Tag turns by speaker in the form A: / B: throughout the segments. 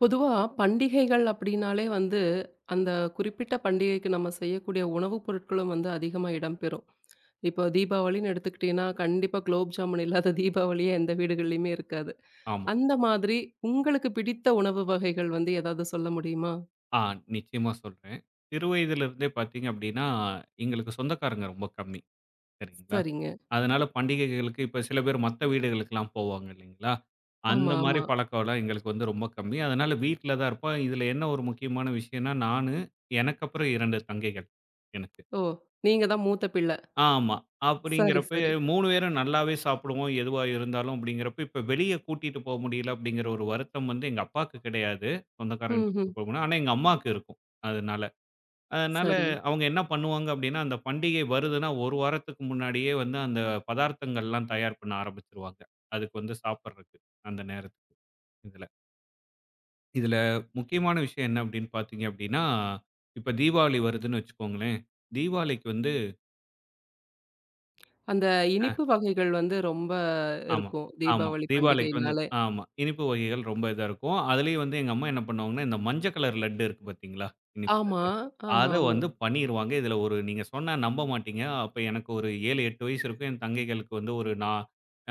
A: பொதுவா பண்டிகைகள் அப்படின்னாலே வந்து, அந்த குறிப்பிட்ட பண்டிகைக்கு நம்ம செய்யக்கூடிய உணவுப் பொருட்களும் வந்து அதிகமா இடம்பெறும். இப்போ தீபாவளின்னு எடுத்துக்கிட்டீங்கன்னா, கண்டிப்பா குலோப் ஜாமுன் இல்லாத தீபாவளியே எந்த வீடுகள்லயுமே இருக்காது.
B: ஆமா.
A: அந்த மாதிரி உங்களுக்கு பிடித்த உணவு வகைகள் வந்து ஏதாவது சொல்ல முடியுமா?
B: ஆ நிச்சயமா சொல்றேன். சிறு வயதிலிருந்தே பார்த்தீங்க அப்படின்னா, எங்களுக்கு சொந்தக்காரங்க ரொம்ப கம்மி. சரிங்களா?
A: சரிங்க.
B: அதனால பண்டிகைகளுக்கு இப்ப சில பேர் மத்த வீடுகளுக்கெல்லாம் போவாங்க இல்லைங்களா? அந்த
A: ஆமா,
B: மாரி
A: ஆமா.
B: பழக்கம்லாம் எங்களுக்கு வந்து ரொம்ப கம்மி. அதனால வீட்ல தான் இருப்போம். இதுல என்ன ஒரு முக்கியமான விஷயம்னா, நானு, எனக்கப்புறம் 2 தங்கைகள் எனக்கு.
A: ஓ! நீங்க தான் மூத்த பிள்ளை.
B: ஆமா.
A: சரி,
B: அப்படிங்கிறப்ப
A: சரி.
B: 3 பேரும் நல்லாவே சாப்பிடுவோம், எதுவா இருந்தாலும் அப்படிங்கிறப்ப, இப்ப வெளிய கூட்டிட்டு போ முடியல அப்படிங்கிற ஒரு வருத்தம் வந்து எங்க அப்பாவுக்கு கிடையாது. சொந்தக்காரங்ககிட்ட
A: ம்ஹ்ம்.
B: கூட்டிட்டு போக முடியல. ஆனா எங்க அம்மாவுக்கு இருக்கும். அதனால. அதனால
A: சரி.
B: அவங்க என்ன பண்ணுவாங்க அப்டின்னா, அந்த பண்டிகை வருதுன்னா, 1 வாரத்துக்கு முன்னாடியே வந்து அந்த பதார்த்தங்கள்லாம் தயார் பண்ண ஆரம்பிச்சுருவாங்க. அதுக்கு வந்து சாப்பிடுறதுக்கு, அந்த நேரத்துக்கு இதுல. இதுல முக்கியமான விஷயம் என்ன அப்டின்னு பார்த்தீங்க அப்டின்னா, இப்ப தீபாவளி வருதுன்னு வச்சுக்கோங்களேன். தீபாவளிக்கு வந்து
A: அந்த இனிப்பு வகைகள் வந்து ரொம்ப
B: ஆமா,
A: இருக்கும்.
B: ஆமா.
A: தீபாவளி
B: தீபாவளிக்கு வந்து
A: பண்டிகைனாலே.
B: ஆமா. இனிப்பு வகைகள் ரொம்ப இதா இருக்கும். அதிலேயும் வந்து எங்க அம்மா என்ன பண்ணுவாங்கன்னா, இந்த மஞ்ச கலர் லட்டு இருக்கு பார்த்தீங்களா? இனிப்பு
A: ஆமா,
B: லட்டு.
A: ஆமா,
B: அத
A: ஆமா.
B: வந்து பண்ணிருவாங்க. இதில ஒரு நீங்க சொன்னா நம்ப மாட்டீங்க. அப்ப எனக்கு ஒரு 7, 8 வயசு இருக்கும். என் தங்கைகளுக்கு வந்து ஒரு நா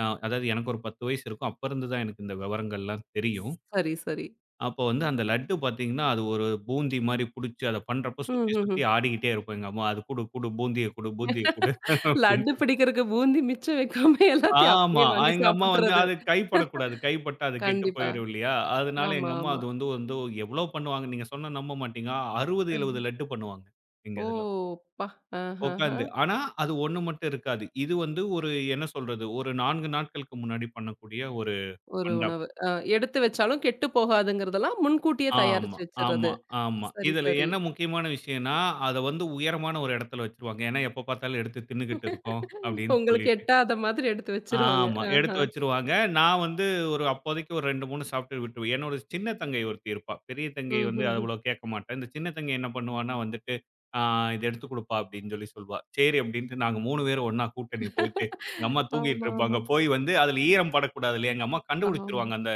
B: அ அதாவது எனக்கு ஒரு 10 வயசு இருக்கும். அப்ப இருந்து தான் எனக்கு இந்த விவரங்கள்லாம் தெரியும்.
A: சரி, சரி.
B: அப்போ வந்து அந்த லட்டு பார்த்தீங்கன்னா, அது ஒரு பூந்தி மாரி புடிச்சு அத பண்றப்ப சுத்தி,
A: ம்ஹ்ஹ்ம்.
B: சுத்தி ஆடிக்கிட்டே இருக்கும் எங்க அம்மா. "அது குடு, குடு பூந்திய குடு, பூந்திய குடு"
A: லட்டு
B: அப்படின்னு
A: பிடிக்கிறதுக்கு பூந்தி மிச்சம் வைக்காம எல்லாத்தையும்
B: ஆமா.
A: அப்படியே வாங்கி
B: எங்க அம்மா வந்து
A: சாப்பிட்டுறது.
B: அது கைப்படக்கூடாது. கைப்பட்டா அது கெட்டு
A: கண்டிப்பா.
B: போயிரும் இல்லையா? அதனால
A: ஆமா,
B: எங்க அம்மா
A: ஆமா.
B: அது வந்து வந்து எவ்வளோ பண்ணுவாங்க, நீங்க சொன்னா நம்ப மாட்டீங்க. 60,
A: அ.
B: 70 லட்டு பண்ணுவாங்க. எங்க
A: ஓ!
B: இதுல.
A: அப்பா! ஆஹஹ.
B: உட்காந்து. ஆனா அது 1 மட்டும் இருக்காது. இது வந்து ஒரு என்ன சொல்றது? ஒரு 4 நாட்களுக்கு முன்னாடி பண்ணக்கூடிய ஒரு
A: ஒரு
B: பண்டம்.
A: உணவு. அ எடுத்து வச்சாலும் கெட்டு போகாதுங்கிறதெல்லாம் முன்கூட்டியே
B: ஆமா,
A: தயாரிச்சு
B: ஆமா,
A: வச்சுறது.
B: ஆமா.
A: சரி,
B: இதுல
A: சரி.
B: என்ன முக்கியமான விஷயம்னா, அத வந்து உயரமான ஒரு இடத்துல வச்சுருவாங்க. ஏன்னா எப்ப பார்த்தாலும் எடுத்து தின்னுகிட்டு இருக்கோம், அப்படின்னு
A: உங்களுக்கு
B: சொல்லிட்டு.
A: எட்டாத மாதிரி எடுத்து வச்சுருவாங்க.
B: ஆமா.
A: அ.
B: எடுத்து வச்சுருவாங்க. நான் வந்து ஒரு அப்போதைக்கு ஒரு 2, 3 சாப்பிட்டு விட்டுருவேன். என்னோட சின்ன தங்கை ஒருத்தி இருப்பா. பெரிய தங்கை வந்து
A: ம்ஹ்ஹ்ம்.
B: அவ்வளோ கேட்க மாட்டா. இந்த சின்ன தங்கை என்ன பண்ணுவான்னா வந்துட்டு, "ஆ இத எடுத்து குடுப்பா" அப்படின்னு சொல்லி சொல்லுவா. சரி அப்படின்ட்டு நாங்க 3 பேரும் ஒண்ணா கூட்டணி போயிட்டு, எங்க அம்மா தூங்கிட்டு
A: ஆமா, ஆமா.
B: இருப்பாங்க. போய் வந்து அதில ஈரம் படக்கூடாது இல்லையா? எங்க அம்மா
A: ஆமா.
B: கண்டுபிடிச்சுருவாங்க.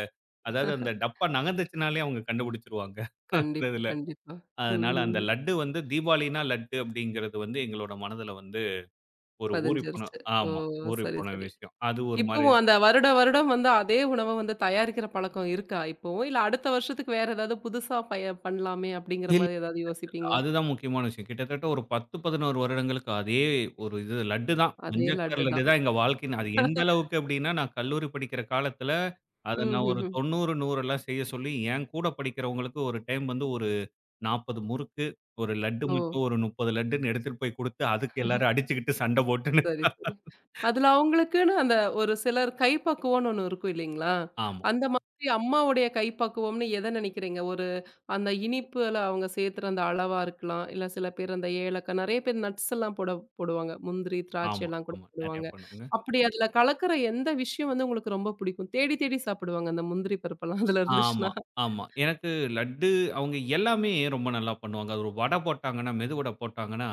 B: அதாவது அந்த டப்பா நகர்ந்துச்சுனாலே அவங்க கண்டுபிடிச்சுருவாங்க. அந்த
A: கண்டிப்பா,
B: இதுல.
A: கண்டிப்பா.
B: அதனால அந்த
A: ம்.
B: லட்டு வந்து தீபாவளினா லட்டு அப்படிங்கிறது வந்து எங்களோட மனதில வந்து ஒரு ஊறிப்போன
A: பதிஞ்சிருச்சு. ஓ!
B: ஆமா.
A: சரி,
B: ஊறிப்போன
A: சரி.
B: விஷயம். அது ஒரு மாரி
A: இப்பவும் அந்த வருடம் வந்து அதே உணவ வந்து தயாரிக்கிற பழக்கம் இருக்கா இப்பவும்? இல்ல அடுத்த வருஷத்துக்கு வேற ஏதாவது புதுசா பய பண்ணலாமே அப்படிங்கிற
B: இல்
A: மாரி ஏதாவது யோசிப்பீங்களா?
B: அதுதான் முக்கியமான விஷயம். கிட்டத்தட்ட ஒரு 10, 11 வருடங்களுக்கு அதே ஒரு இது லட்டு தான். மஞ்ச
A: அதே
B: கலர்
A: லட்டு
B: லட்டு
A: தான்.
B: தான் எங்க வாழ்க்கைன்னு அது எந்த அளவுக்கு அப்டின்னா, நான் கல்லூரி படிக்கிற காலத்துல,
A: ம்,
B: அத நான் ஒரு
A: ம், ம்.
B: 90, 100லாம் செய்ய சொல்லி, என் கூட படிக்கிறவங்களுக்கு ஒரு டைம் வந்து ஒரு 40 முறுக்கு, ஒரு லட்டு
A: ஓ!
B: மட்டும் ஒரு 30 லட்டுன்னு எடுத்துட்டு போய் குடுத்து, அதுக்கு எல்லாரும் அடிச்சுக்கிட்டு சண்ட போட்டுன்னு
A: சரி, சரி. அதுல அவங்களுக்குன்னு அந்த ஒரு சிலர் கைப்பக்குவம்ன்னு ஒண்ணு இருக்கும் இல்லைங்களா?
B: ஆமா,
A: அந்த மாதிரி அம்மாவுடைய கைப்பக்குவம்ன்னு எத நினைக்கிறீங்க? ஒரு அந்த இனிப்புல அவங்க சேர்த்துற அந்த அளவா இருக்கலாம். இல்ல சில பேர் அந்த ஏலக்காய் நெறைய பேர் நட்ஸ் எல்லாம் போடுவாங்க. முந்திரி, திராட்சை
B: ஆமா,
A: எல்லாம் கூட
B: ஆமா. நெறைய
A: போடுவாங்க.
B: பண்ணுவோங்க.
A: அப்படி அதுல கலக்குற எந்த விஷயம் வந்து உங்களுக்கு ரொம்ப பிடிக்கும்? தேடி தேடி சாப்பிடுவாங்க அந்த முந்திரி பருப்பெல்லாம் அதுல
B: ஆமா,
A: இருந்துச்சுன்னா.
B: ஆமா. எனக்கு லட்டு அவங்க எல்லாமே ரொம்ப நல்லா பண்ணுவாங்க. அது ஒரு வடை போட்டாங்கன்னா, மெதுவடை போட்டாங்கன்னா,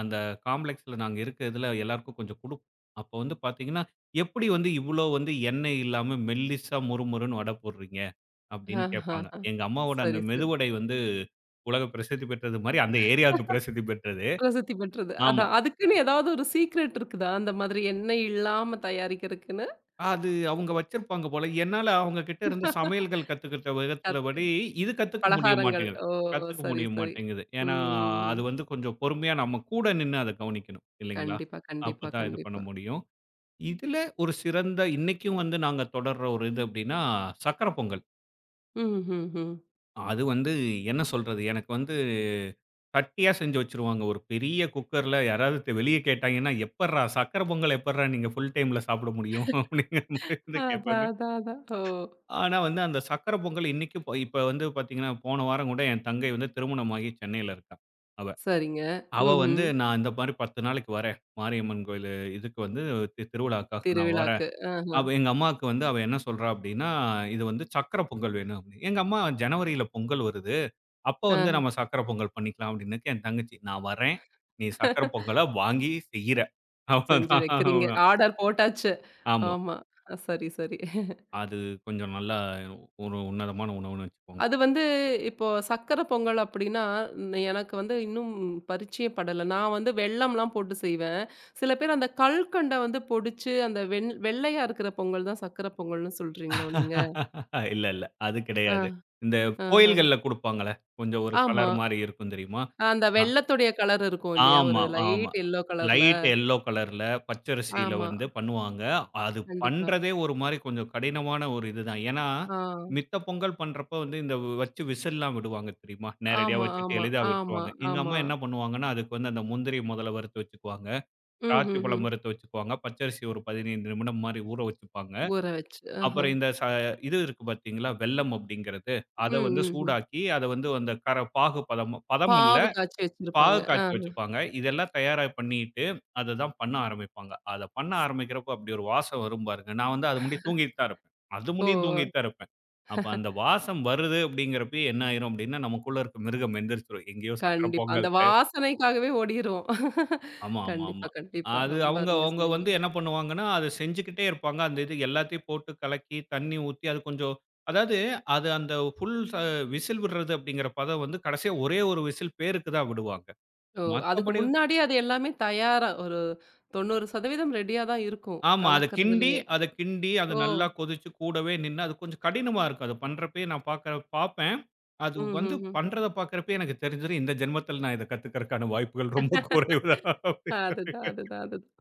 B: அந்த காம்ப்ளெக்ஸ்ல நாங்க இருக்க இதுல எல்லாருக்கும் கொஞ்சம் குடுப்போம். அப்ப வந்து பாத்தீங்கன்னா, "எப்படி வந்து இவ்ளோ வந்து எண்ணெய் இல்லாம மெல்லிசா மொறுமொறுன்னு வடை போடுறீங்க?" அப்படின்னு
A: ஆஹஹ.
B: கேட்பாங்க. எங்க அம்மாவோட அந்த
A: சரி, சரி.
B: மெதுவடை வந்து உலக பிரசித்தி பெற்றது மாரி, அந்த ஏரியாவுக்கு பிரசித்தி பெற்றது.
A: பிரசித்தி பெற்றது.
B: ஆமா.
A: அதான். அதுக்குன்னு ஏதாவது ஒரு சீக்ரெட் இருக்குதா? அந்த மாதிரி எண்ணெய் இல்லாம தயாரிக்கிறதுக்குன்னு.
B: அது அவங்க வச்சிருப்பாங்க போல. என்னால அவங்க கிட்ட இருந்து சமையல்கள் கத்துக்கிட்ட விதத்துல
A: சத்து
B: படி, இது கத்துக்க முடிய
A: பலகாரங்கள்.
B: மாட்டேங்குது.
A: ஓ!
B: கத்துக்க
A: சரி,
B: முடிய
A: சரி.
B: மாட்டேங்குது. ஏன்னா,
A: ம்,
B: அது
A: ம்.
B: வந்து கொஞ்சம் பொறுமையா நம்ம கூட நின்னு அத கவனிக்கணும். இல்லைங்களா?
A: கண்டிப்பா, கண்டிப்பா,
B: அப்பதான் இது பண்ண
A: கண்டிப்பா.
B: முடியும். இதுல ஒரு சிறந்த இன்னைக்கும் வந்து நாங்க தொடர்ற ஒரு இது அப்படின்னா, சர்க்கரை பொங்கல்.
A: ம்ஹ்ஹ்ம்.
B: அது வந்து என்ன சொல்றது? எனக்கு வந்து கட்டியா செஞ்சு வச்சுருவாங்க. ஒரு பெரிய குக்கர்ல யாராவது வெளிய கேட்டாங்கன்னா, "எப்பட்றா சர்க்கரை பொங்கல் எப்பட்றா நீங்க ஃபுல் டைம்ல சாப்பிட முடியும்?" அப்படிங்கிற மாரி வந்து கேட்பாங்க.
A: அதான், அதான், அதான். ஓ!
B: ஆனா வந்து அந்த சக்கரை பொங்கல் இன்னைக்கும் இப்ப வந்து பாத்தீங்கன்னா, போன வாரம் கூட என் தங்கை வந்து திருமணமாகி சென்னையில இருக்கா. அவ.
A: சரிங்க.
B: அவ வந்து
A: ம்ஹ்ம்.
B: நான் இந்த மாரி 10 நாளைக்கு வரேன். மாரியம்மன் கோயிலு இதுக்கு வந்து திருவிழாக்காக நான் வரேன்.
A: திருவிழாக்கு. ஆஹ,
B: அவ எங்க அம்மாவுக்கு வந்து அவ என்ன சொல்றா அப்டின்னா, "இது வந்து சக்கரை பொங்கல் வேணும்" அப்டின்னு. எங்க அம்மா "ஜனவரியில பொங்கல் வருது. அப்ப வந்து
A: ஆஹ.
B: நம்ம சக்கரை பொங்கல் பண்ணிக்கலாம்" அப்டின்னதுக்கு என் தங்கச்சி, "நான் வரேன். நீ சக்கரை பொங்கல வாங்கி செய்யிற"
A: செஞ்சு வைக்கிறீங்க.
B: அவ்வளதான்.
A: ஆர்டர் போட்டாச்சு.
B: ஆமா.
A: ஆமா. அ சரி, சரி.
B: அது கொஞ்சம் நல்லா ஒரு உன்னதமான உணவுன்னு வச்சுக்கோங்க.
A: அது வந்து இப்போ சர்க்கரை பொங்கல் அப்டின்னா, எனக்கு வந்து இன்னும் பரிச்சயப்படல. நான் வந்து வெல்லம்லாம் போட்டு செய்வேன். சில பேர் அந்த கல்கண்ட வந்து பொடிச்சு, அந்த வெண் வெள்ளையா இருக்கிற பொங்கல் தான் சர்க்கரை பொங்கல்னு சொல்றீங்களோ நீங்க?
B: இல்ல, இல்ல. அது
A: ஆ,
B: கிடையாது. இந்த
A: ஆஹ.
B: கோயில்கள்ல குடுப்பாங்கல்ல. கொஞ்சம் ஒரு
A: ஆமா.
B: கலர் மாரி இருக்கும் தெரியுமா?
A: அந்த
B: அ
A: வெள்ளத்துடைய கலர் இருக்கும் இல்லையா?
B: ஆமா,
A: ஒரு
B: ஆமா.
A: லைட் எல்லோ கலர்ல.
B: லைட் எல்லோ கலர்ல பச்சரிசியில
A: ஆமா.
B: வந்து பண்ணுவாங்க. அது
A: கண்டிப்பா.
B: பண்றதே ஒரு மாரி கொஞ்சம் கடினமான ஒரு இதுதான். ஏன்னா,
A: ஆ.
B: மித்த பொங்கல் பண்றப்ப வந்து இந்த வச்சு விசில்லாம் விடுவாங்க தெரியுமா? நேரடியா
A: ஆமா,
B: வச்சுட்டு
A: ஆமா,
B: எளிதா
A: ஆமா,
B: விட்டுருவாங்க. எங்க
A: ஆமா.
B: அம்மா என்ன பண்ணுவாங்கன்னா, அதுக்கு வந்து அந்த முந்திரிய முதல்ல வறுத்து வச்சுக்குவாங்க. திராட்சை
A: ம்ஹ்ஹ்ம்.
B: பழம் வறுத்து வச்சுக்குவாங்க. பச்சரிசி ஒரு 15 நிமிடம் மாரி ஊற வச்சுப்பாங்க.
A: ஊற வச்சு. ஆஹ.
B: அப்புறம் இந்த ச இது இருக்கு பார்த்தீங்களா, வெல்லம் அப்படிங்கிறது.
A: ம்,
B: அத வந்து
A: ம், ம்.
B: சூடாக்கி, அத வந்து அந்த கர பாகு பதம் பதம் இல்ல,
A: பாவு காய்ச்சி வச்சிருப்பாங்க.
B: பாகு
A: ஆ.
B: காய்ச்சி வச்சுப்பாங்க. இதெல்லாம் தயாரா பண்ணிட்டு, அததான் பண்ண ஆரம்பிப்பாங்க. அத பண்ண ஆரம்பிக்கிறப்போ அப்படி ஒரு வாசம் வரும் பாருங்க. நான் வந்து அது முடிய தூங்கிட்டு தான் இருப்பேன். அது
A: ஓ!
B: முடியும்
A: ஓ!
B: தூங்கிட்டு தான் இருப்பேன். அப்ப அந்த வாசம் வருது அப்படிங்கிறப்பயே என்ன ஆயிரும் அப்படின்னா, நமக்குள்ள இருக்க மிருகம் எந்திரிச்சுரும். எங்கேயோ சக்கர
A: கண்டிப்பா. அந்த
B: பொங்கல்
A: வாசனைக்காகவே ஓடிருவோம்.
B: ஆமா, ஆமா,
A: கண்டிப்பா,
B: ஆமா.
A: கண்டிப்பா.
B: அது
A: ரொம்ப
B: அவங்க
A: அருமையா
B: அவங்க
A: சொன்னீங்க.
B: வந்து என்ன பண்ணுவாங்கன்னா, அத செஞ்சுக்கிட்டே இருப்பாங்க. அந்த இது எல்லாத்தையும் போட்டு கலக்கி, தண்ணி ஊத்தி, அது கொஞ்சம் அதாவது அது அந்த ஃபுல் ச விசில் விடுறது அப்படிங்கிற பதம் வந்து கடைசியா ஒரே ஒரு விசில் பேருக்கு தான் விடுவாங்க.
A: ஓ! அதுக்கு
B: மத்தபடி
A: முன்னாடியே அது எல்லாமே தயாரா ஒரு 90% ரெடியா தான் இருக்கும்.
B: ஆமா.
A: கலக்கறதுலயே.
B: அத கிண்டி அது
A: ஓ!
B: நல்லா கொதிச்சு கூடவே நின்னு, அது கொஞ்சம் கடினமா இருக்கும். அது பண்றப்பயே நான் பாக்குற பாப்பேன். அது வந்து
A: ம்ஹ்ஹ்ம்.
B: பண்றத பாக்குறப்பயே எனக்கு தெரிஞ்சிரும், இந்த ஜென்மத்தில நான் இத கத்துக்கறக்கான வாய்ப்புகள் ரொம்ப குறைவு தான். அப்படின்னு.
A: அதுதான், அதுதான், அதுதான்.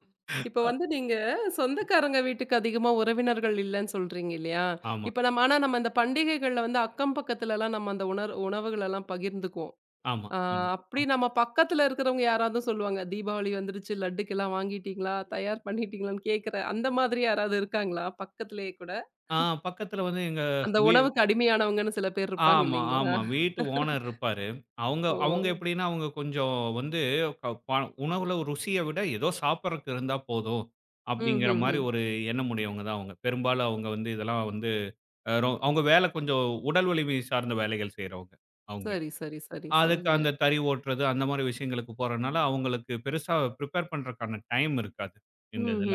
A: இப்ப வந்து நீங்க சொந்தக்காரங்க வீட்டுக்கு அதிகமா உறவினர்கள் இல்லன்னு சொல்றீங்க இல்லையா?
B: ஆமா,
A: இப்ப நம்ம ஆனா நம்ம இந்த பண்டிகைகள்ல வந்து அக்கம் பக்கத்துலலாம் நம்ம அந்த உணர் உணவுகளெல்லாம் பகிர்ந்துக்குவோம்.
B: ஆமா,
A: ஆ
B: ஆமா.
A: அப்படி நம்ம பக்கத்துல இருக்கிறவங்க யாராவது சொல்லுவாங்க, "தீபாவளி வந்துருச்சு லட்டுக்கெல்லாம் வாங்கிட்டீங்களா? தயார் பண்ணிட்டீங்களான்னு?" கேட்கிற அந்த மாதிரி யாராவது இருக்காங்களா? பக்கத்திலேயே கூட.
B: ஆ பக்கத்துல வந்து எங்க
A: அந்த
B: வீ
A: உணவுக்கு அடிமையானவங்கன்னு சில பேர் இருப்பாங்க
B: ஆமா,
A: இல்லைங்களா?
B: ஆமா. வீட்டு ஓனர் இருப்பாரு. அவங்க
A: ஓ!
B: அவங்க எப்படின்னா, அவங்க கொஞ்சம் வந்து க ப உணவுல ருசிய விட ஏதோ சாப்பிடறக்கு இருந்தா போதும், அப்படிங்கிற
A: ம்ஹ்ஹ்ம்.
B: மாரி ஒரு எண்ணம் உடையவங்க தான் அவங்க. பெரும்பாலும் அவங்க வந்து இதெல்லாம் வந்து அ ரொ அவங்க வேலை கொஞ்சம் உடல் வலிமை சார்ந்த வேலைகள் செய்றவங்க அவங்க.
A: சரி, சரி, சரி,
B: அதுக்கு
A: சரிங்க.
B: அந்த தறி ஓட்டுறது அந்த மாரி விஷயங்களுக்கு போறனால, அவங்களுக்கு பெருசா பிரிப்பேர் பண்றதுக்கான டைம் இருக்காது, இந்த இதுல.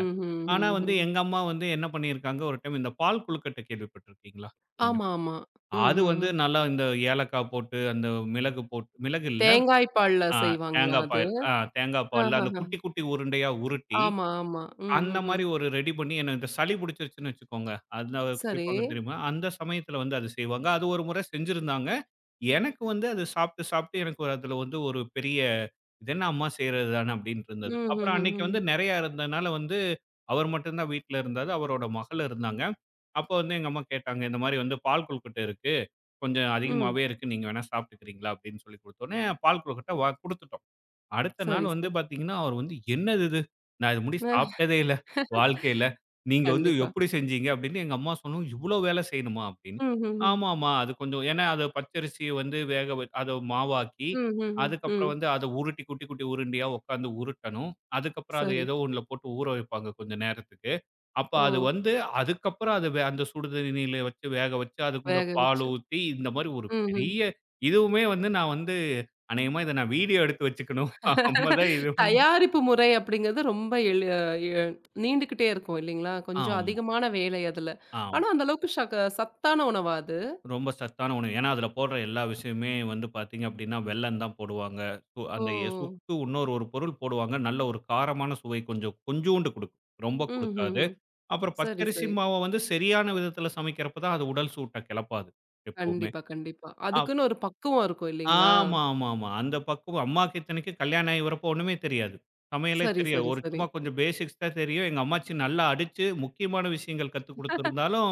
B: ஆனா வந்து எங்க அம்மா வந்து என்ன பண்ணியிருக்காங்க, ஒரு டைம் இந்த பால் கொழுக்கட்டை கேள்விப்பட்டிருக்கீங்களா?
A: ஆமா, ஆமா. ம்,
B: அது
A: ம்,
B: வந்து
A: ம்.
B: நல்லா இந்த ஏலக்காய் போட்டு, அந்த மிளகு போட்டு மிளகு இல்ல.
A: தேங்காய் பால்ல
B: அ
A: செய்வாங்களா
B: தேங்கா
A: அது?
B: பால் தேங்கா பால்ல அந்த
A: ஆஹஹ.
B: குட்டி, குட்டி உருண்டையா உருட்டி,
A: ஆமா, ஆமா. ம்,
B: அந்த
A: ம், ம்.
B: மாரி ஒரு ரெடி பண்ணி எனக்கு இந்த சளி புடிச்சிருச்சுன்னு வச்சுக்கோங்க. அதுல
A: சரி.
B: குடிப்பாங்க தெரியுமா? அந்த சமயத்துல வந்து அது செய்வாங்க. அது ஒரு முறை செஞ்சிருந்தாங்க. எனக்கு வந்து அது சாப்பிட்டு எனக்கு ஒரு அதுல வந்து ஒரு பெரிய "இது என்ன அம்மா செய்றது தானே" அப்டின்ட்டு
A: ம்,
B: இருந்தது. அப்புறம்
A: ம். ம்,
B: அன்னைக்கு வந்து
A: ம்.
B: நெறையா இருந்ததுனால வந்து அவர் மட்டும் தான் வீட்ல இருந்தாரு. அவரோட மகள் இருந்தாங்க. அப்போ வந்து எங்க அம்மா கேட்டாங்க, இந்த மாரி வந்து பால் கொழுக்கட்டை இருக்கு. கொஞ்சம்
A: ம்.
B: அதிகமாவே இருக்கு. நீங்க வேணா சாப்பிட்டுக்கிறீங்களா? அப்படின்னு சொல்லி குடுத்தோனே, பால் கொழுக்கட்டை வா குடுத்துட்டோம். அடுத்த
A: சரி,
B: நாள் வந்து
A: சரி.
B: பார்த்தீங்கன்னா, அவர் வந்து "என்னது இது? நான் இது முடி
A: அ
B: சாப்பிட்டதே இல்ல, வாழ்க்கையில. நீங்க வந்து
A: கண்டிப்பா.
B: எப்படி செஞ்சீங்க?" அப்படின்னு எங்க அம்மா சொன்னவும், "இவ்வளோ வேலை செய்யணுமா?" அப்படின்னு.
A: ம், ம், ம்.
B: "ஆமாமா, அது கொஞ்சம்" ஏன்னா அது பச்சரிசிய வந்து வேக வ அத மாவாக்கி,
A: ம், ம், ம், ம்.
B: அதுக்கப்புறம் வந்து அத உருட்டி குட்டி குட்டி உருண்டையா உட்காந்து உருட்டணும். அதுக்கப்புறம் அத
A: சரி.
B: ஏதோ ஒண்ணுல போட்டு ஊற வைப்பாங்க கொஞ்ச நேரத்துக்கு. அப்ப
A: ஓ!
B: அது வந்து அதுக்கப்புறம் அது அந்த சுடு தண்ணீல வச்சு வேக வச்சு, அது கூட
A: வேக
B: பால்
A: வச்சு.
B: ஊத்தி, இந்த மாரி ஒரு
A: ம், ம்.
B: பெரிய இதுவுமே வந்து நான் வந்து அநேகமா இத நான் வீடியோ எடுத்து வச்சுக்கணும். அப்பதான் இது வந்து
A: தயாரிப்பு முறை அப்படிங்கிறது ரொம்ப எளி அ எ நீண்டுகிட்டே இருக்கும் இல்லைங்களா? கொஞ்சம்
B: ஆமா,
A: அதிகமான வேலை அதுல.
B: ஆமா.
A: ஆனா, அந்த அளவுக்கு சத்தான உணவா அது?
B: ரொம்ப சத்தான உணவு. ஏன்னா, அதுல போடுற எல்லா விஷயமுமே வந்து பாத்தீங்க அப்படின்னா, வெல்லம் தான் போடுவாங்க. சு
A: ஓ!
B: அந்த எ சுக்கு இன்னொரு ஒரு பொருள் போடுவாங்க. நல்ல ஒரு காரமான சுவை கொஞ்சம் கொஞ்சூண்டு குடுக்கும். ரொம்ப
A: ம், ம்,
B: குடுக்காது.
A: ம்.
B: அப்புறம்
A: சரி,
B: பச்சரிசி
A: சரி.
B: மாவ வந்து சரியான விதத்துல சமைக்கிறப்ப தான் அது உடல் சூட்ட கெளப்பாது எப்பவுமே.
A: கண்டிப்பா, கண்டிப்பா.
B: அ
A: அதுக்குன்னு ஒரு பக்குவம் இருக்கும் இல்லைங்களா?
B: ஆமா, ஆமா, ஆமா. அந்த பக்குவம் அம்மாக்கு இத்தனைக்கு கல்யாணம் ஆகி வரப்போ ஒண்ணுமே தெரியாது. சமையலே
A: சரி,
B: தெரியாது.
A: சரி,
B: ஒரு
A: சரி.
B: சும்மா கொஞ்சம் பேசிக்ஸ் தான் தெரியும். எங்க அம்மாச்சி நல்லா அடிச்சு, முக்கியமான விஷயங்கள் கத்துக் குடுத்திருந்தாலும்,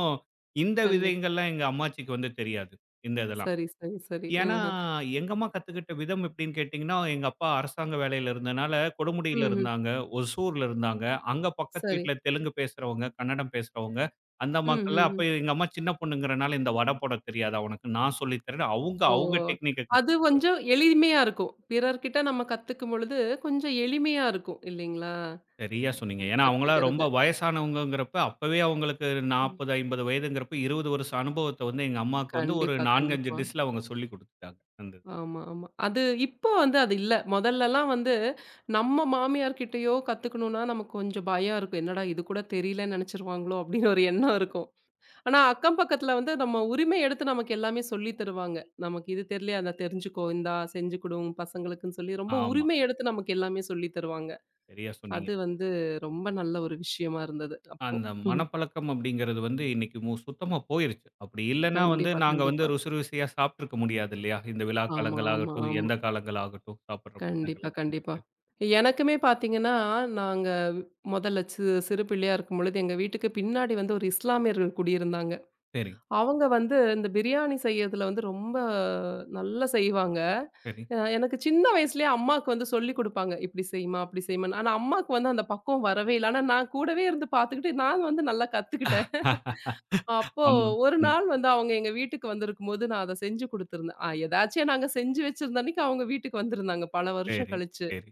B: இந்த
A: கண்டிப்பா.
B: விதங்கள்லாம் எங்க அம்மாச்சிக்கு வந்து தெரியாது. இந்த இதெல்லாம்.
A: சரி, சரி, சரி.
B: ஏன்னா,
A: ம்ஹ்ம்.
B: எங்க அம்மா கத்துக்கிட்ட விதம் எப்படின்னு கேட்டீங்கன்னா, எங்க அப்பா அரசாங்க வேலையில இருந்தனால, கொடுமுடியில
A: ம்ஹ்ம்.
B: இருந்தாங்க, ஒசூர்ல இருந்தாங்க. அங்க பக்கத்து
A: சரி.
B: வீட்ல தெலுங்கு பேசுறவங்க, கன்னடம் பேசுறவங்க. அந்த
A: ம்,
B: அம்மாக்கெல்லாம்
A: ம்,
B: அப்ப
A: ம்.
B: எங்க அம்மா சின்ன பொண்ணுங்கிறனால, இந்த வட போட தெரியாதா உனக்கு? நான் சொல்லி தரேன்னு அவங்க,
A: ஓ!
B: அவங்க டெக்னிக்க
A: அது கொஞ்சம் எளிமையா இருக்கும். பிறர்கிட்ட நம்ம கத்துக்கும் பொழுது கொஞ்சம் எளிமையா இருக்கும் இல்லைங்களா?
B: சரியா
A: அ
B: சொன்னீங்க. ஏன்னா, அவங்கலாம் ரொம்ப
A: கத்துக்கிறது.
B: வயசானவங்கங்கிறப்ப, அப்பவே அவங்களுக்கு
A: ம்.
B: 40, 50 வயதுங்கிறப்ப 20 வருஷ அனுபவத்த வந்து எங்க அம்மாவுக்கு வந்து ஒரு
A: கண்டிப்பா,
B: 4, 5
A: கண்டிப்பா.
B: டிஷ்ல அவங்க சொல்லிக் குடுத்துட்டாங்க. அந்த இதுல.
A: ஆமா, ஆமா. அது இப்போ வந்து அது இல்ல. மொதல்லலாம் வந்து நம்ம மாமியார் கிட்டயோ கத்துக்கணும்னா நமக்கு கொஞ்சம் பயம் இருக்கும். என்னடா இது கூட தெரியலன்னு நெனச்சுருவாங்களோ! அப்டின்னு ஒரு எண்ணம் இருக்கும். ஆனா, அக்கம் பக்கத்துல வந்து நம்ம உரிமை எடுத்து நமக்கு எல்லாமே சொல்லி தருவாங்க. நமக்கு இது தெரியலையா, "இந்தா தெரிஞ்சுக்கோ, இந்தா செஞ்சு குடு உன் பசங்களுக்குன்னு" சொல்லி ரொம்ப
B: ஆமா.
A: உரிமை எடுத்து நமக்கு எல்லாமே சொல்லி தருவாங்க.
B: சரியா சொன்னீங்க.
A: அது வந்து ரொம்ப நல்ல ஒரு விஷயமா இருந்தது அப்போ.
B: அந்த
A: ம்.
B: மனப்பழக்கம் அப்படிங்கிறது வந்து இன்னைக்கு சுத்தமா போயிருச்சு. அப்படி இல்லன்னா வந்து
A: கண்டிப்பா,
B: நாங்க வந்து
A: கண்டிப்பா.
B: ருசி ருசியா சாப்ட்டுருக்க முடியாது இல்லையா? இந்த விழா
A: ஆமா, ஆமா,
B: காலங்களாகட்டும்,
A: ஆமா.
B: எந்த காலங்களாகட்டும் சாப்பிடுற பண்டங்கள்
A: கண்டிப்பா, கண்டிப்பா.
B: அப்படிங்கிறது.
A: எனக்குமே பார்த்தீங்கன்னா, நாங்க முதல்ல சி சிறு பிள்ளையா இருக்கும்பொழுது எங்க வீட்டுக்கு பின்னாடி வந்து ஒரு இஸ்லாமியர்கள் குடியிருந்தாங்க.
B: சரி,
A: அவங்க வந்து இந்த பிரியாணி செய்யறதுல வந்து ரொம்ப நல்லா செய்வாங்க.
B: சரி.
A: அ எனக்கு சின்ன வயசுலயே அம்மாக்கு வந்து சொல்லிக் குடுப்பாங்க. "இப்படி செய்யுமா, அப்படி செய்யுமான்னு." ஆனா அம்மாக்கு வந்து அந்த பக்குவம் வரவே இல்ல. ஆனா நான் கூடவே இருந்து பார்த்துக்கிட்டு நான் நல்லா கத்துக்கிட்டேன். அப்போ
B: ஆமா.
A: ஒரு
B: ம்.
A: நாள் வந்து அவங்க எங்க வீட்டுக்கு வந்திருக்கும்போது நான் அத செஞ்சு குடுத்திருந்தேன். அ எதாச்சும் நாங்க செஞ்சு வச்சிருந்த அன்னைக்கு அவங்க வீட்டுக்கு வந்திருந்தாங்க பல வருஷம்
B: சரி,
A: கழிச்சு.
B: சரி.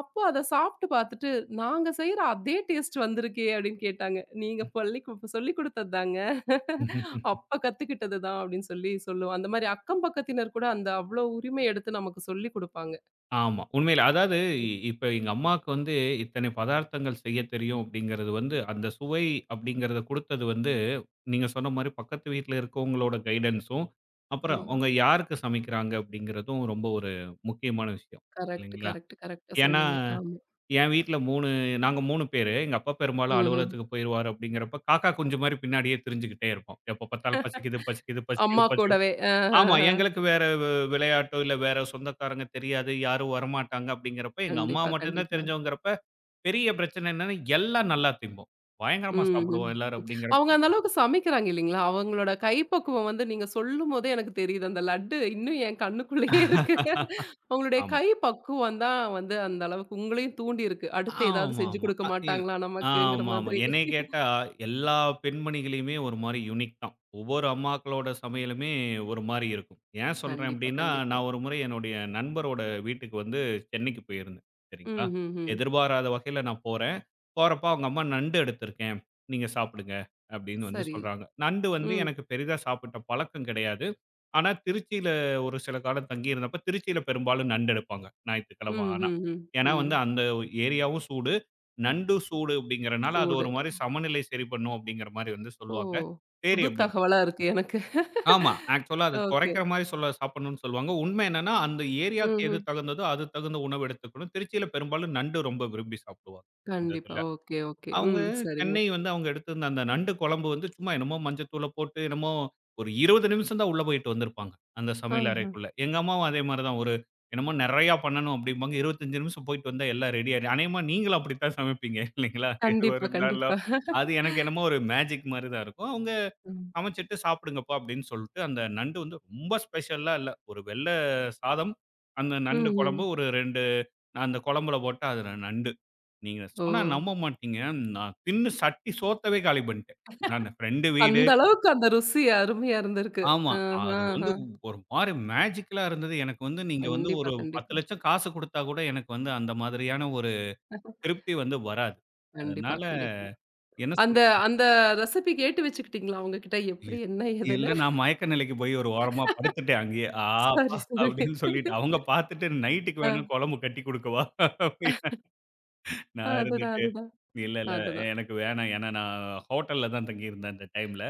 A: அப்போ அத சாப்பிட்டு பார்த்துட்டு, "நாங்க செய்ற அதே டேஸ்ட் வந்திருக்கே!" அப்படின்னு கேட்டாங்க. "நீங்க பள்ளிக்கு இப்ப சொல்லிக் குடுத்தது தாங்க. அப்ப கத்துக்கிட்டது தான்." அப்படின்னு சொல்லுவோம். அந்த மாரி அக்கம் பக்கத்தினர் கூட அந்த அவ்ளோ உரிமை எடுத்து நமக்கு சொல்லிக் குடுப்பாங்க.
B: ஆமா. உண்மையில. அதாவது இப்ப எங்க அம்மாக்கு வந்து இத்தனை பதார்த்தங்கள் செய்ய தெரியும் அப்படிங்கிறது வந்து, அந்த சுவை அப்படிங்கிறத குடுத்தது வந்து, நீங்க சொன்ன மாரி பக்கத்து வீட்ல இருக்கவங்களோட கைடன்ஸும், அப்புறம்
A: ஆமா.
B: அவங்க யாருக்கு சமைக்கிறாங்க அப்படிங்கிறதும் ரொம்ப ஒரு முக்கியமான விஷயம்.
A: கரெக்ட்,
B: இல்லைங்களா?
A: கரெக்ட், கரெக்ட்டா
B: ஏன்னா,
A: சொன்னீங்க. ஆமா.
B: என் வீட்ல 3 நாங்க 3 பேரு. எங்க அப்பா பெரும்பாலும்
A: ம்ஹ்ம்.
B: அலுவலகத்துக்கு போயிருவாரு அப்படிங்கிறப்ப, காக்கா குஞ்சு மாரி பின்னாடியே திரிஞ்சுகிட்டே இருப்போம். எப்ப பார்த்தாலும் பசிக்குது, பசிக்குது,
A: அம்மா
B: பசிக்குது, பசி
A: கூடவே.
B: ஆமா.
A: அஹஹஹ.
B: எங்களுக்கு வேற விளையாட்டோ, இல்ல வேற சொந்தக்காரங்க தெரியாது. யாரும் வரமாட்டாங்க அப்படிங்கிறப்ப, எங்க அம்மா
A: கண்டிப்பா,
B: மட்டும் தான்
A: கண்டிப்பா.
B: தெரிஞ்சவங்கிறப்ப, பெரிய பிரச்சனை என்னன்னா, எல்லாம் நல்லா திம்போம். பயங்கரமா
A: ம், ம்.
B: சாப்பிடுவோம் எல்லாரும்
A: அவங்க
B: அப்படிங்கிறப்ப
A: அந்த அளவுக்கு சமைக்கிறாங்க இல்லீங்களா? அவங்களோட கைப்பக்குவம் வந்து நீங்க சொல்லும்போதே எனக்கு தெரியுது. அந்த லட்டு இன்னும் என் கண்ணுக்குள்ளேயே இருக்கு. அவங்களுடைய
B: ஆமா.
A: கை பக்குவம் தான் வந்து அந்த அளவுக்கு உங்களையும் தூண்டியிருக்கு. அடுத்து ஏதாவது செஞ்சு
B: ஆமாமா.
A: குடுக்க
B: அ இ
A: மாட்டாங்களா நமக்குங்கிற
B: ஆமாமா.
A: மாதிரி.
B: என்னைய கேட்டா, எல்லா பெண்மணிகளையுமே ஒரு மாரி யுனிக் தான். ஒவ்வொரு அம்மாக்களோட சமையலுமே ஒரு மாரி இருக்கும். ஏன் சொல்றேன்
A: கண்டிப்பா,
B: அப்டின்னா,
A: கண்டிப்பா.
B: நான் ஒரு முறை என்னுடைய நண்பரோட வீட்டுக்கு வந்து சென்னைக்கு போயிருந்தேன்.
A: ம்,
B: சரிங்களா?
A: ம், ம்.
B: எதிர்பாராத வகையில நான் போறேன். போறப்ப அவங்க அம்மா நண்டு எடுத்திருக்கேன். நீங்க சாப்பிடுங்க அப்டின்னு வந்து
A: சரி.
B: சொல்றாங்க. நண்டு வந்து
A: ம்,
B: எனக்கு பெரிதா சாப்பிட்ட பழக்கம் கிடையாது. ஆனா, திருச்சியில ஒரு சில காலம் தங்கியிருந்தப்ப, திருச்சியில பெரும்பாலும் நண்டு எடுப்பாங்க. ஞாயித்துக்கிழமை
A: ம்,
B: ஆனா.
A: ம், ம்,
B: ஏன்னா
A: ம்.
B: வந்து அந்த ஏரியாவும் சூடு, நண்டு சூடு அப்படிங்கிறனால, அது
A: சூடு.
B: ஒரு மாரி சமநிலை சரி பண்ணும் அப்படிங்கிற மாரி வந்து
A: ஓ!
B: சொல்லுவாங்க. சரி
A: புது
B: அப்படின்னு.
A: தகவலா இருக்கு எனக்கு.
B: ஆமா. ஆக்சுவலா அது
A: ஓகே.
B: குறைக்கிற மாரி சொல்ல சாப்பிடணும்னு சொல்லுவாங்க. உண்மை என்னன்னா, அந்த ஏரியாவுக்கு எது
A: ம்ஹ்ம்.
B: தகுந்ததோ, அது தகுந்த உணவு எடுத்துக்கணும். திருச்சியில பெரும்பாலும் நண்டு ரொம்ப விரும்பி சாப்பிடுவாங்க. இந்த
A: கண்டிப்பா.
B: இதுல.
A: Okay, okay.
B: அவங்க
A: ம். சரிங்க.
B: சென்னை வந்து அவங்க எடுத்திருந்த அந்த நண்டு குழம்பு வந்து சும்மா என்னமோ மஞ்சத்தூள போட்டு என்னமோ ஒரு 20 நிமிஷம் தான் உள்ள போயிட்டு வந்திருப்பாங்க. அந்த சமையல்
A: ஆஹ.
B: அறைக்குள்ள. எங்க அம்மாவும் அதே மாரி தான். ஒரு என்னமோ நெறையா பண்ணணும் அப்டிம்பாங்க. 25 நிமிஷம் போயிட்டு வந்தா எல்லாம் ரெடி ஆயிரும். அநேகமா நீங்களும் அப்படித்தான் சமைப்பீங்க இல்லைங்களா? எதுவா
A: கண்டிப்பா,
B: இருந்தாலும்.
A: கண்டிப்பா.
B: அது எனக்கு என்னமோ ஒரு மேஜிக் மாரி தான் இருக்கும். அவங்க
A: ம்.
B: சமைச்சுட்டு சாப்பிடுங்கப்பா அப்படின்னு சொல்லிட்டு அந்த நண்டு வந்து ரொம்ப ஸ்பெஷல்லாம் இல்ல. ஒரு வெள்ள சாதம், அந்த நண்டு
A: ம்ஹ்ம்.
B: குழம்பு, ஒரு 2 அந்த குழம்புல போட்ட அதுல நண்டு. நீங்க
A: ஓ!
B: சொன்னா நம்ப மாட்டீங்க. நான் தின்னு சட்டி சோத்தவே காலி பண்ணிட்டேன். நானு. ஃப்ரெண்டு வீடு
A: அந்த அளவுக்கு அந்த ருசி அருமையா இருந்திருக்கு.
B: ஆமா. அது வந்து
A: ஆஹஹ.
B: ஒரு மாரி மேஜிக்கலா இருந்தது. எனக்கு வந்து நீங்க வந்து ஒரு
A: கண்டிப்பா, கண்டிப்பா.
B: 10,00,000 காசு குடுத்தா கூட எனக்கு வந்து அந்த மாதிரியான ஒரு திருப்தி வந்து வராது.
A: கண்டிப்பா,
B: அதனால
A: கண்டிப்பா.
B: என்ன
A: அந்த
B: சொல்றது?
A: அந்த ரெசிபி கேட்டு வச்சுக்கிட்டீங்களா அவங்க கிட்ட? எப்படி,
B: இல்
A: என்ன,
B: இல்ல
A: ஏதுன்னு?
B: நான் மயக்க நிலைக்கு போய் ஒரு ஓரமா படுத்துட்டேன் அங்கேயே. அப்பா!"
A: சரி, சரி.
B: அப்படின்னு சொல்லிட்டு அவங்க பார்த்துட்டு நைட்டுக்கு
A: ஆ.
B: வேணா குழம்பு கட்டி குடுக்கவா? அப்படின்னு நான்
A: அதுதான்,
B: இருந்துட்டு,
A: அதுதான்.
B: "இல்ல, இல்ல
A: அதுதான்.
B: எனக்கு வேணாம். ஏன்னா நான் ஹோட்டல்ல தான் தங்கியிருந்தேன் அந்த டைம்ல.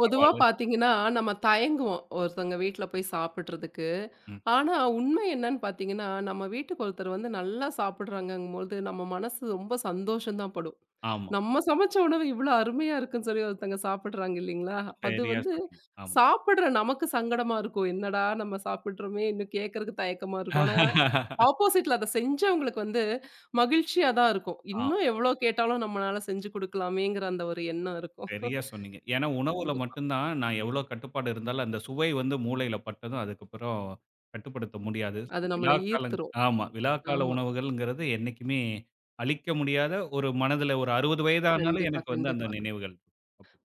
A: பொதுவா
B: பரவாயில்ல."
A: பார்த்தீங்கன்னா, நம்ம தயங்குவோம். ஒருத்தவங்க வீட்ல போய் சாப்பிடுறதுக்கு.
B: ம்.
A: ஆனா, உண்மை என்னன்னு பார்த்தீங்கன்னா, நம்ம வீட்டுக்கு ஒருத்தர் வந்து நல்லா சாப்பிடுறாங்கங்கும்போது, நம்ம மனசு ரொம்ப சந்தோஷம் தான் படும்.
B: ஆமா.
A: நம்ம சமைச்ச உணவு இவ்ளோ அருமையா இருக்குன்னு சொல்லி ஒருத்தங்க சாப்பிடுறாங்க இல்லீங்களா? அது
B: சரியா
A: வந்து
B: சொன்னீங்க. ஆமா.
A: சாப்பிடுற நமக்கு சங்கடமா இருக்கும். என்னடா நம்ம சாப்பிடுறோமே! இன்னும் கேட்கறக்கு தயக்கமா இருக்கும். ஆனா, ஆப்போசிட்ல அத செஞ்சவங்களுக்கு வந்து மகிழ்ச்சியா தான் இருக்கும். இன்னும் எவ்ளோ கேட்டாலும் நம்மளால செஞ்சு குடுக்கலாமேங்கிற அந்த ஒரு எண்ணம் இருக்கும்.
B: சரியா சொன்னீங்க. ஏன்னா உணவுல
A: கண்டிப்பா.
B: மட்டும் தான் நான் எவ்ளோ கட்டுப்பாடு இருந்தாலும், அந்த சுவை வந்து மூளையில பட்டதும் அதுக்கப்புறம் கட்டுப்படுத்த முடியாது. ஸோ
A: அது நம்மள
B: விழாக்காலங்
A: ஈர்த்துரும்.
B: ஆமா. விழாக்கால
A: ஆமா.
B: உணவுகள்ங்கிறது என்னைக்குமே அழிக்க முடியாத ஒரு மனதில ஒரு 60 வயதானாலும்
A: கண்டிப்பா,
B: எனக்கு வந்து அந்த
A: கண்டிப்பா.
B: நினைவுகள். இருக்கும்.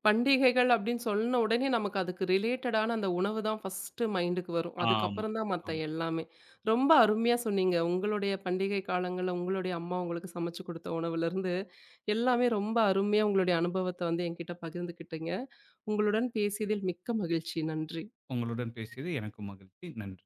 A: பண்டிகைகள் அப்படின்னு சொன்ன உடனே நமக்கு அதுக்கு ரிலேட்டடான அந்த உணவு தான் ஃபர்ஸ்ட்டு மைண்டுக்கு வரும்.
B: ஆமா,
A: அதுக்கப்புறம் தான் மத்த
B: ஆமா.
A: எல்லாமே. ரொம்ப அருமையா சொன்னீங்க. உங்களுடைய பண்டிகை காலங்கள்ல உங்களுடைய அம்மா உங்களுக்கு சமைச்சு குடுத்த உணவுலருந்து, எல்லாமே ரொம்ப அருமையா உங்களுடைய அனுபவத்த வந்து என்கிட்ட பகிர்ந்துக்கிட்டீங்க. உங்களுடன் பேசியதில் மிக்க மகிழ்ச்சி. நன்றி.
B: உங்களுடன் பேசியது எனக்கும் மகிழ்ச்சி. நன்றி.